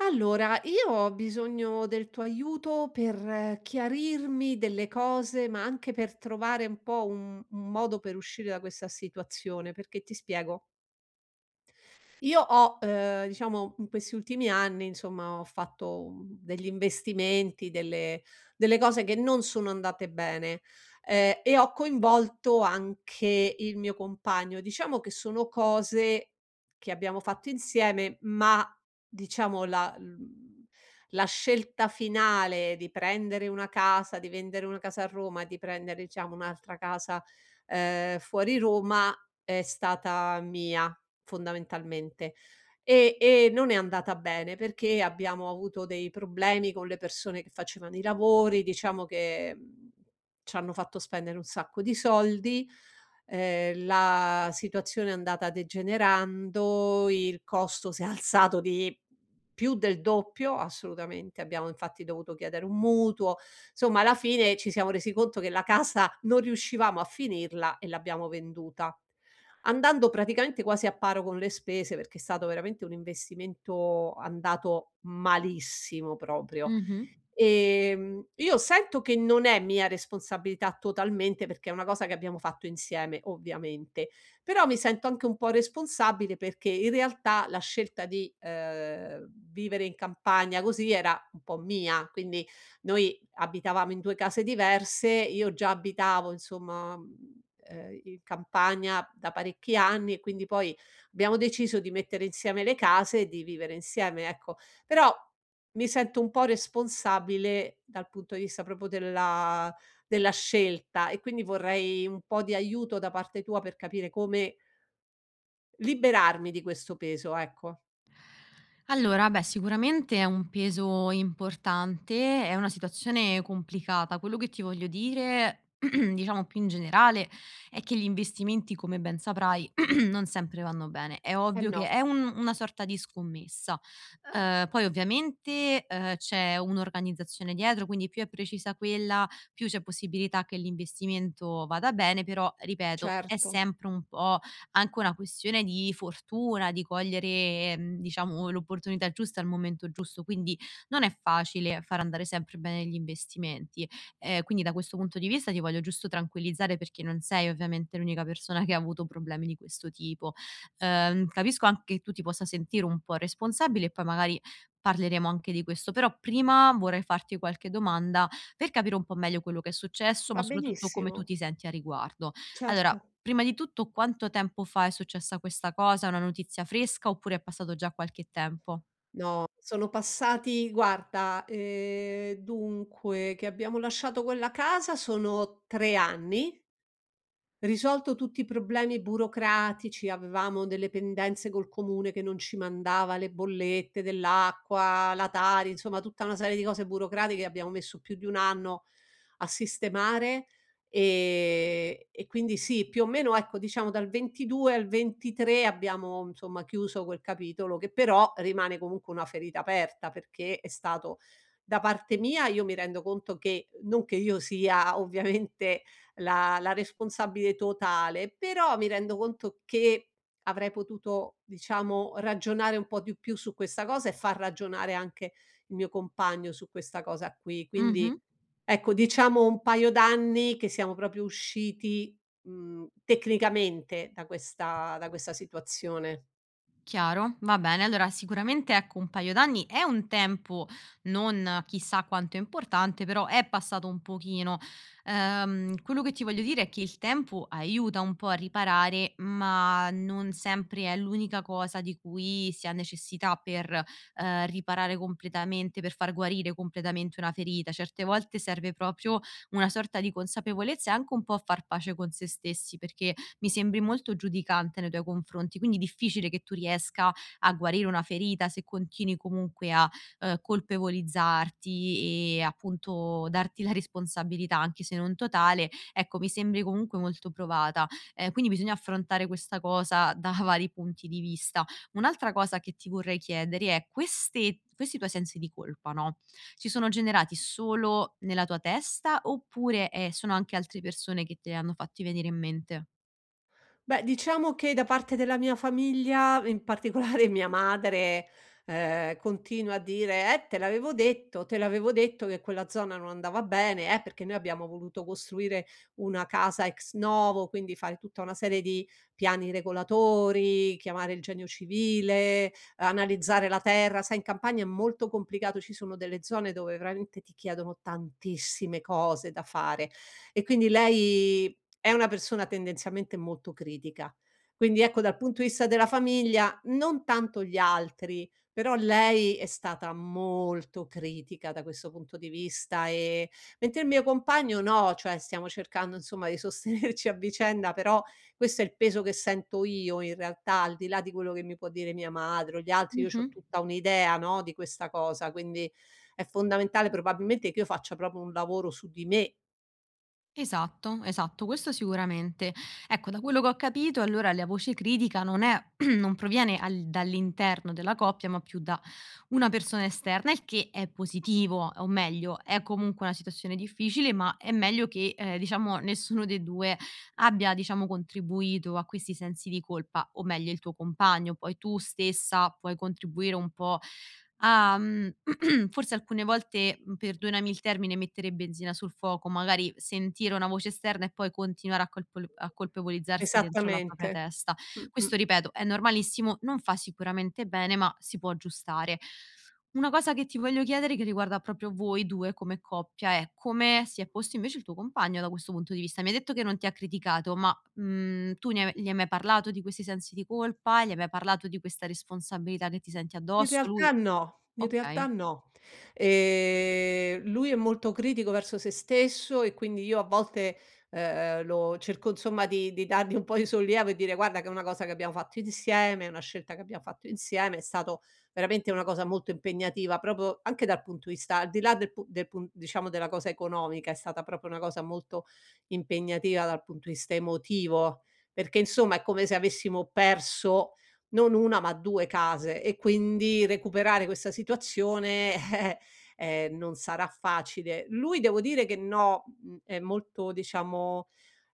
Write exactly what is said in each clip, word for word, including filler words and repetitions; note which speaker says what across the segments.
Speaker 1: Allora, io ho bisogno del tuo aiuto per eh, chiarirmi delle cose, ma anche per trovare un po' un, un modo per uscire da questa situazione, perché ti spiego. Io ho, ehm, diciamo in questi ultimi anni, insomma, ho fatto, mhmm, degli investimenti, delle delle cose che non sono andate bene, ehm, e ho coinvolto anche il mio compagno. Diciamo che sono cose che abbiamo fatto insieme, ma diciamo la mhmm, la scelta finale di prendere una casa, di vendere una casa a Roma, di prendere diciamo un'altra casa ehm, fuori Roma è stata mia, fondamentalmente. E e non è andata bene perché abbiamo avuto dei problemi con le persone che facevano i lavori, diciamo che, mhmm, c'hanno fatto spendere un sacco di soldi ehm, la situazione è andata degenerando, il costo si è alzato di più del doppio, assolutamente, abbiamo infatti dovuto chiedere un mutuo. Insomma, alla fine ci siamo resi conto che la casa non riuscivamo a finirla e l'abbiamo venduta. Andando praticamente quasi a paro con le spese, perché è stato veramente un investimento andato malissimo proprio.
Speaker 2: Mh-mh.
Speaker 1: Ehm, io sento che non è mia responsabilità totalmente, perché è una cosa che abbiamo fatto insieme ovviamente, però mi sento anche un po' responsabile perché in realtà la scelta di, ehm, vivere in campagna così era un po' mia, quindi noi abitavamo in due case diverse, io già abitavo insomma, mhmm, ehm, in campagna da parecchi anni e quindi poi abbiamo deciso di mettere insieme le case e di vivere insieme, ecco. Però mi sento un po' responsabile dal punto di vista proprio della della scelta e quindi vorrei un po' di aiuto da parte tua per capire come liberarmi di questo peso, ecco.
Speaker 2: Allora, beh, sicuramente è un peso importante, è una situazione complicata. Quello che ti voglio dire, diciamo più in generale, è che gli investimenti, come ben saprai, non sempre vanno bene. È
Speaker 1: Eh
Speaker 2: ovvio che
Speaker 1: no,
Speaker 2: è un una sorta di scommessa. Ehm, poi ovviamente, ehm, c'è un'organizzazione dietro, quindi più è precisa quella, più c'è possibilità che l'investimento vada bene, però ripeto, è
Speaker 1: certo,
Speaker 2: sempre un po' anche una questione di fortuna, di cogliere, mhmm, diciamo l'opportunità giusta al momento giusto, quindi non è facile far andare sempre bene gli investimenti. Ehm, quindi da questo punto di vista ti voglio giusto tranquillizzare perché non sei ovviamente l'unica persona che ha avuto problemi di questo tipo. Ehm, capisco anche che tu ti possa sentire un po' responsabile e poi magari parleremo anche di questo, però prima vorrei farti qualche domanda per capire un po' meglio quello che è successo, ma
Speaker 1: va
Speaker 2: soprattutto come tu
Speaker 1: benissimo,
Speaker 2: ti senti a riguardo. Allora,
Speaker 1: certo.
Speaker 2: prima di tutto, quanto tempo fa è successa questa cosa? È una notizia fresca oppure è passato già qualche tempo?
Speaker 1: Sono passati guarda, ehm, dunque che abbiamo lasciato quella casa sono tre anni. Risolto tutti i problemi burocratici, avevamo delle pendenze col comune che non ci mandava le bollette dell'acqua, la Tari, insomma tutta una serie di cose burocratiche che abbiamo messo più di un anno a sistemare, ehm, e quindi sì, più o meno ecco diciamo dal ventidue al ventitré abbiamo insomma chiuso quel capitolo che però rimane comunque una ferita aperta, perché è stato da parte mia, io mi rendo conto che non che io sia ovviamente la la responsabile totale, però mi rendo conto che avrei potuto, diciamo, ragionare un po' di più su questa cosa e far ragionare anche il mio compagno su questa cosa qui. Quindi,
Speaker 2: Mh-mh.
Speaker 1: ecco, diciamo un paio d'anni che siamo proprio usciti, mhmm, tecnicamente da questa da questa situazione.
Speaker 2: Chiaro, va bene. Allora sicuramente ecco un paio d'anni è un tempo non chissà quanto importante, però è passato un pochino. Ehm, quello che ti voglio dire è che il tempo aiuta un po' a riparare, ma non sempre è l'unica cosa di cui si ha necessità per eh, riparare completamente, per far guarire completamente una ferita. Certe volte serve proprio una sorta di consapevolezza e anche un po' a far pace con se stessi, perché mi sembri molto giudicante nei tuoi confronti, quindi difficile che tu riesca a guarire una ferita se continui comunque a, ehm, colpevolizzarti e appunto darti la responsabilità, anche se non totale, ecco mi sembri comunque molto provata. Ehm, quindi bisogna affrontare questa cosa da vari punti di vista. Un'altra cosa che ti vorrei chiedere è: queste questi tuoi sensi di colpa, no, si sono generati solo nella tua testa oppure, ehm, sono anche altre persone che te li hanno fatti venire in mente?
Speaker 1: Beh, diciamo che da parte della mia famiglia, in particolare mia madre, ehm, continua a dire: "Eh, te l'avevo detto, te l'avevo detto che quella zona non andava bene, eh, perché noi abbiamo voluto costruire una casa ex novo, quindi fare tutta una serie di piani regolatori, chiamare il Genio civile, analizzare la terra." Sai in campagna è molto complicato, ci sono delle zone dove veramente ti chiedono tantissime cose da fare e quindi lei è una persona tendenzialmente molto critica. Quindi ecco, dal punto di vista della famiglia, non tanto gli altri, però lei è stata molto critica da questo punto di vista, ehm, mentre il mio compagno no, cioè stiamo cercando insomma di sostenerci a vicenda, però questo è il peso che sento io in realtà, al di là di quello che mi può dire mia madre o gli altri, io c'ho
Speaker 2: Mh-mh.
Speaker 1: tutta un'idea, no, di questa cosa, quindi è fondamentale probabilmente che io faccia proprio un lavoro su di me.
Speaker 2: Esatto, esatto, questo sicuramente. Ecco, da quello che ho capito allora la voce critica non è non proviene al dall'interno della coppia, ma più da una persona esterna, il che è positivo, o meglio, è comunque una situazione difficile, ma è meglio che, ehm, diciamo, nessuno dei due abbia, diciamo, contribuito a questi sensi di colpa, o meglio il tuo compagno. Poi tu stessa puoi contribuire un po' a, mhmm, forse alcune volte, mhmm, perdonami il termine, mettere benzina sul fuoco, magari sentire una voce esterna e poi continuare a colpol a colpevolizzarsi dentro la propria
Speaker 1: Esattamente.
Speaker 2: testa.
Speaker 1: Mh-mh.
Speaker 2: Questo ripeto, è normalissimo, non fa sicuramente bene, ma si può aggiustare. Una cosa che ti voglio chiedere che riguarda proprio voi due come coppia è: come si è posto invece il tuo compagno da questo punto di vista? Mi hai detto che non ti ha criticato, ma, mhmm, tu ne hai- gli hai mai parlato di questi sensi di colpa? Gli hai mai parlato di questa responsabilità che ti senti
Speaker 1: In
Speaker 2: addosso? Lui
Speaker 1: realtà no, in
Speaker 2: okay.
Speaker 1: realtà no. Ehm, lui è molto critico verso se stesso e quindi io a volte, ehm, lo cerco insomma di di dargli un po' di sollievo e dire: "Guarda che è una cosa che abbiamo fatto insieme, è una scelta che abbiamo fatto insieme, è stato veramente una cosa molto impegnativa", proprio anche dal punto di vista, al di là del pu del pun diciamo della cosa economica, è stata proprio una cosa molto impegnativa dal punto di vista emotivo, perché insomma è come se avessimo perso non una ma due case, e quindi recuperare questa situazione, eh, ehm, non sarà facile. Lui devo dire che no, mhmm, è molto diciamo,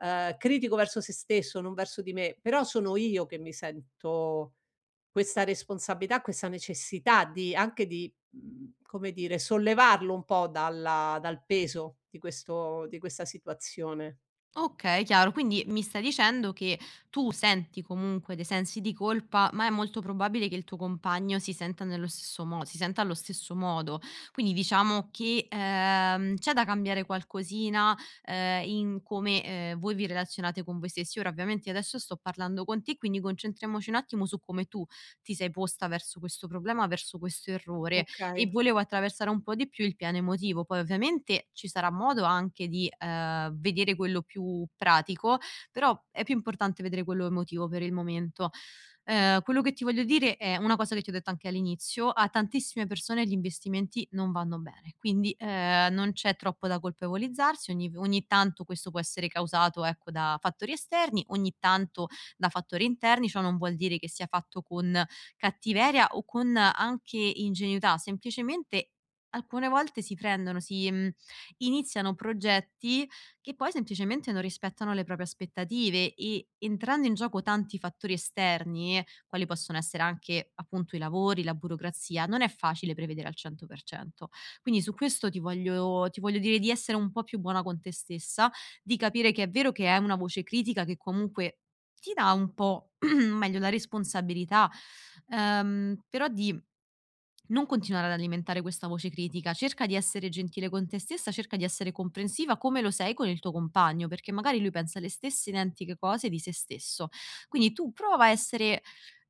Speaker 1: ehm, critico verso se stesso, non verso di me, però sono io che mi sento questa responsabilità, questa necessità di anche di, mhmm, come dire, sollevarlo un po' dalla dal peso di questo di questa situazione.
Speaker 2: Okay, chiaro. Quindi mi stai dicendo che tu senti comunque dei sensi di colpa, ma è molto probabile che il tuo compagno si senta nello stesso mo si senta allo stesso modo. Quindi diciamo che, ehm, c'è da cambiare qualcosina, ehm, in come, ehm, voi vi relazionate con voi stessi. Ora ovviamente adesso sto parlando con te, quindi concentriamoci un attimo su come tu ti sei posta verso questo problema, verso questo errore e
Speaker 1: Okay,
Speaker 2: volevo attraversare un po' di più il piano emotivo. Poi ovviamente ci sarà modo anche di, ehm, vedere quello più pratico, però è più importante vedere quello emotivo per il momento. Ehm, quello che ti voglio dire è una cosa che ti ho detto anche all'inizio: a tantissime persone gli investimenti non vanno bene, quindi, ehm, non c'è troppo da colpevolizzarsi, ogni v ogni tanto questo può essere causato, ecco, da fattori esterni, ogni tanto da fattori interni, ciò non vuol dire che sia fatto con cattiveria o con anche ingenuità, semplicemente alcune volte si prendono, si, mhmm, iniziano progetti che poi semplicemente non rispettano le proprie aspettative e entrando in gioco tanti fattori esterni, quali possono essere anche appunto i lavori, la burocrazia, non è facile prevedere al cento per cento. Quindi su questo ti voglio ti voglio dire di essere un po' più buona con te stessa, di capire che è vero che è una voce critica che comunque ti dà un po' meglio la responsabilità, ehm, però di non continuare ad alimentare questa voce critica, cerca di essere gentile con te stessa, cerca di essere comprensiva come lo sei con il tuo compagno, perché magari lui pensa le stesse identiche cose di se stesso. Quindi tu prova a essere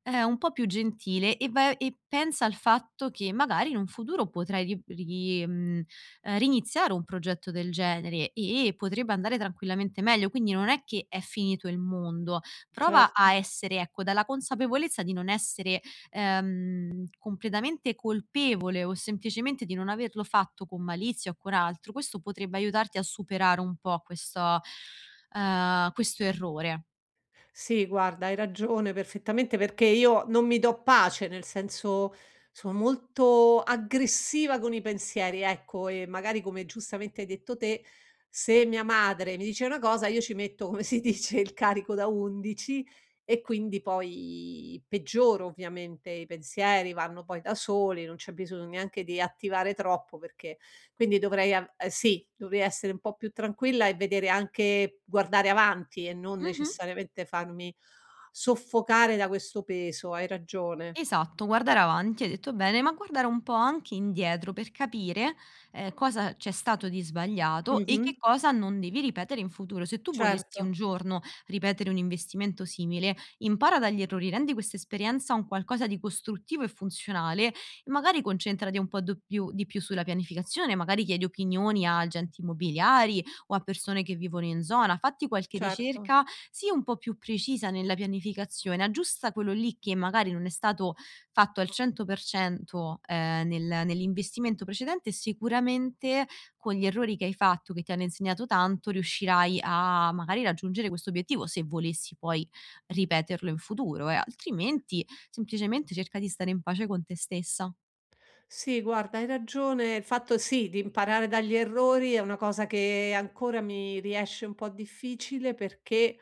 Speaker 2: eh, un po' più gentile e, vai- e pensa al fatto che magari in un futuro potrai ri- ri- mh, eh, riniziare un progetto del genere e potrebbe andare tranquillamente meglio, quindi non è che è finito il mondo, prova a
Speaker 1: certo.
Speaker 2: essere, ecco, dalla consapevolezza di non essere, ehm, completamente colpevole o semplicemente di non averlo fatto con malizia o con altro. Questo potrebbe aiutarti a superare un po' questo, ehm, questo errore.
Speaker 1: Sì, guarda, hai ragione perfettamente perché io non mi do pace, nel senso sono molto aggressiva con i pensieri, ecco, e magari come giustamente hai detto te, se mia madre mi dice una cosa, io ci metto, come si dice, il carico da undici, e quindi poi peggioro ovviamente, i pensieri vanno poi da soli, non c'è bisogno neanche di attivare troppo, perché quindi dovrei av ehm, sì, dovrei essere un po' più tranquilla e vedere anche guardare avanti e non
Speaker 2: Mh-mh.
Speaker 1: necessariamente farmi soffocare da questo peso, hai ragione.
Speaker 2: Esatto, guardare avanti, hai detto bene, ma guardare un po' anche indietro per capire, ehm, cosa c'è stato di sbagliato e che
Speaker 1: Mh-mh.
Speaker 2: cosa non devi ripetere in futuro. Se tu volessi
Speaker 1: Certo,
Speaker 2: un giorno ripetere un investimento simile, impara dagli errori, rendi questa esperienza un qualcosa di costruttivo e funzionale e magari concentrati un po' do più di più sulla pianificazione, magari chiedi opinioni a agenti immobiliari o a persone che vivono in zona, fatti qualche
Speaker 1: certo.
Speaker 2: ricerca sì, un po' più precisa nella pianificazione, aggiusta quello lì che magari non è stato fatto al cento per cento, ehm, nel nell'investimento precedente, sicuramente con gli errori che hai fatto, che ti hanno insegnato tanto, riuscirai a magari raggiungere questo obiettivo, se volessi poi ripeterlo in futuro, eh, altrimenti semplicemente cerca di stare in pace con te stessa.
Speaker 1: Sì, guarda, hai ragione. Il fatto sì, di imparare dagli errori è una cosa che ancora mi riesce un po' difficile perché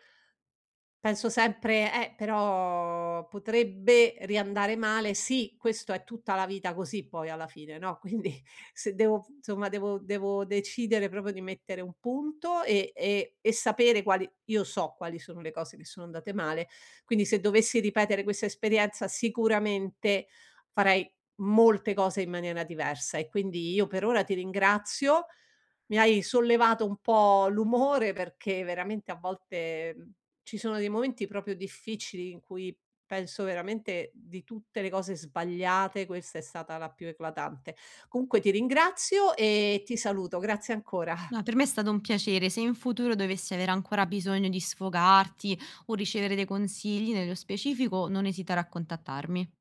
Speaker 1: penso sempre: "Eh, però potrebbe riandare male". Sì, questo è tutta la vita così poi alla fine, no, quindi se devo insomma devo devo decidere proprio di mettere un punto e e e sapere quali, io so quali sono le cose che sono andate male, quindi se dovessi ripetere questa esperienza sicuramente farei molte cose in maniera diversa, e quindi io per ora ti ringrazio. Mi hai sollevato un po' l'umore perché veramente a volte, mhmm ci sono dei momenti proprio difficili in cui penso veramente di tutte le cose sbagliate, questa è stata la più eclatante. Comunque ti ringrazio e ti saluto, grazie ancora.
Speaker 2: Ma per me è stato un piacere, se in futuro dovessi avere ancora bisogno di sfogarti o ricevere dei consigli nello specifico, non esitare a contattarmi.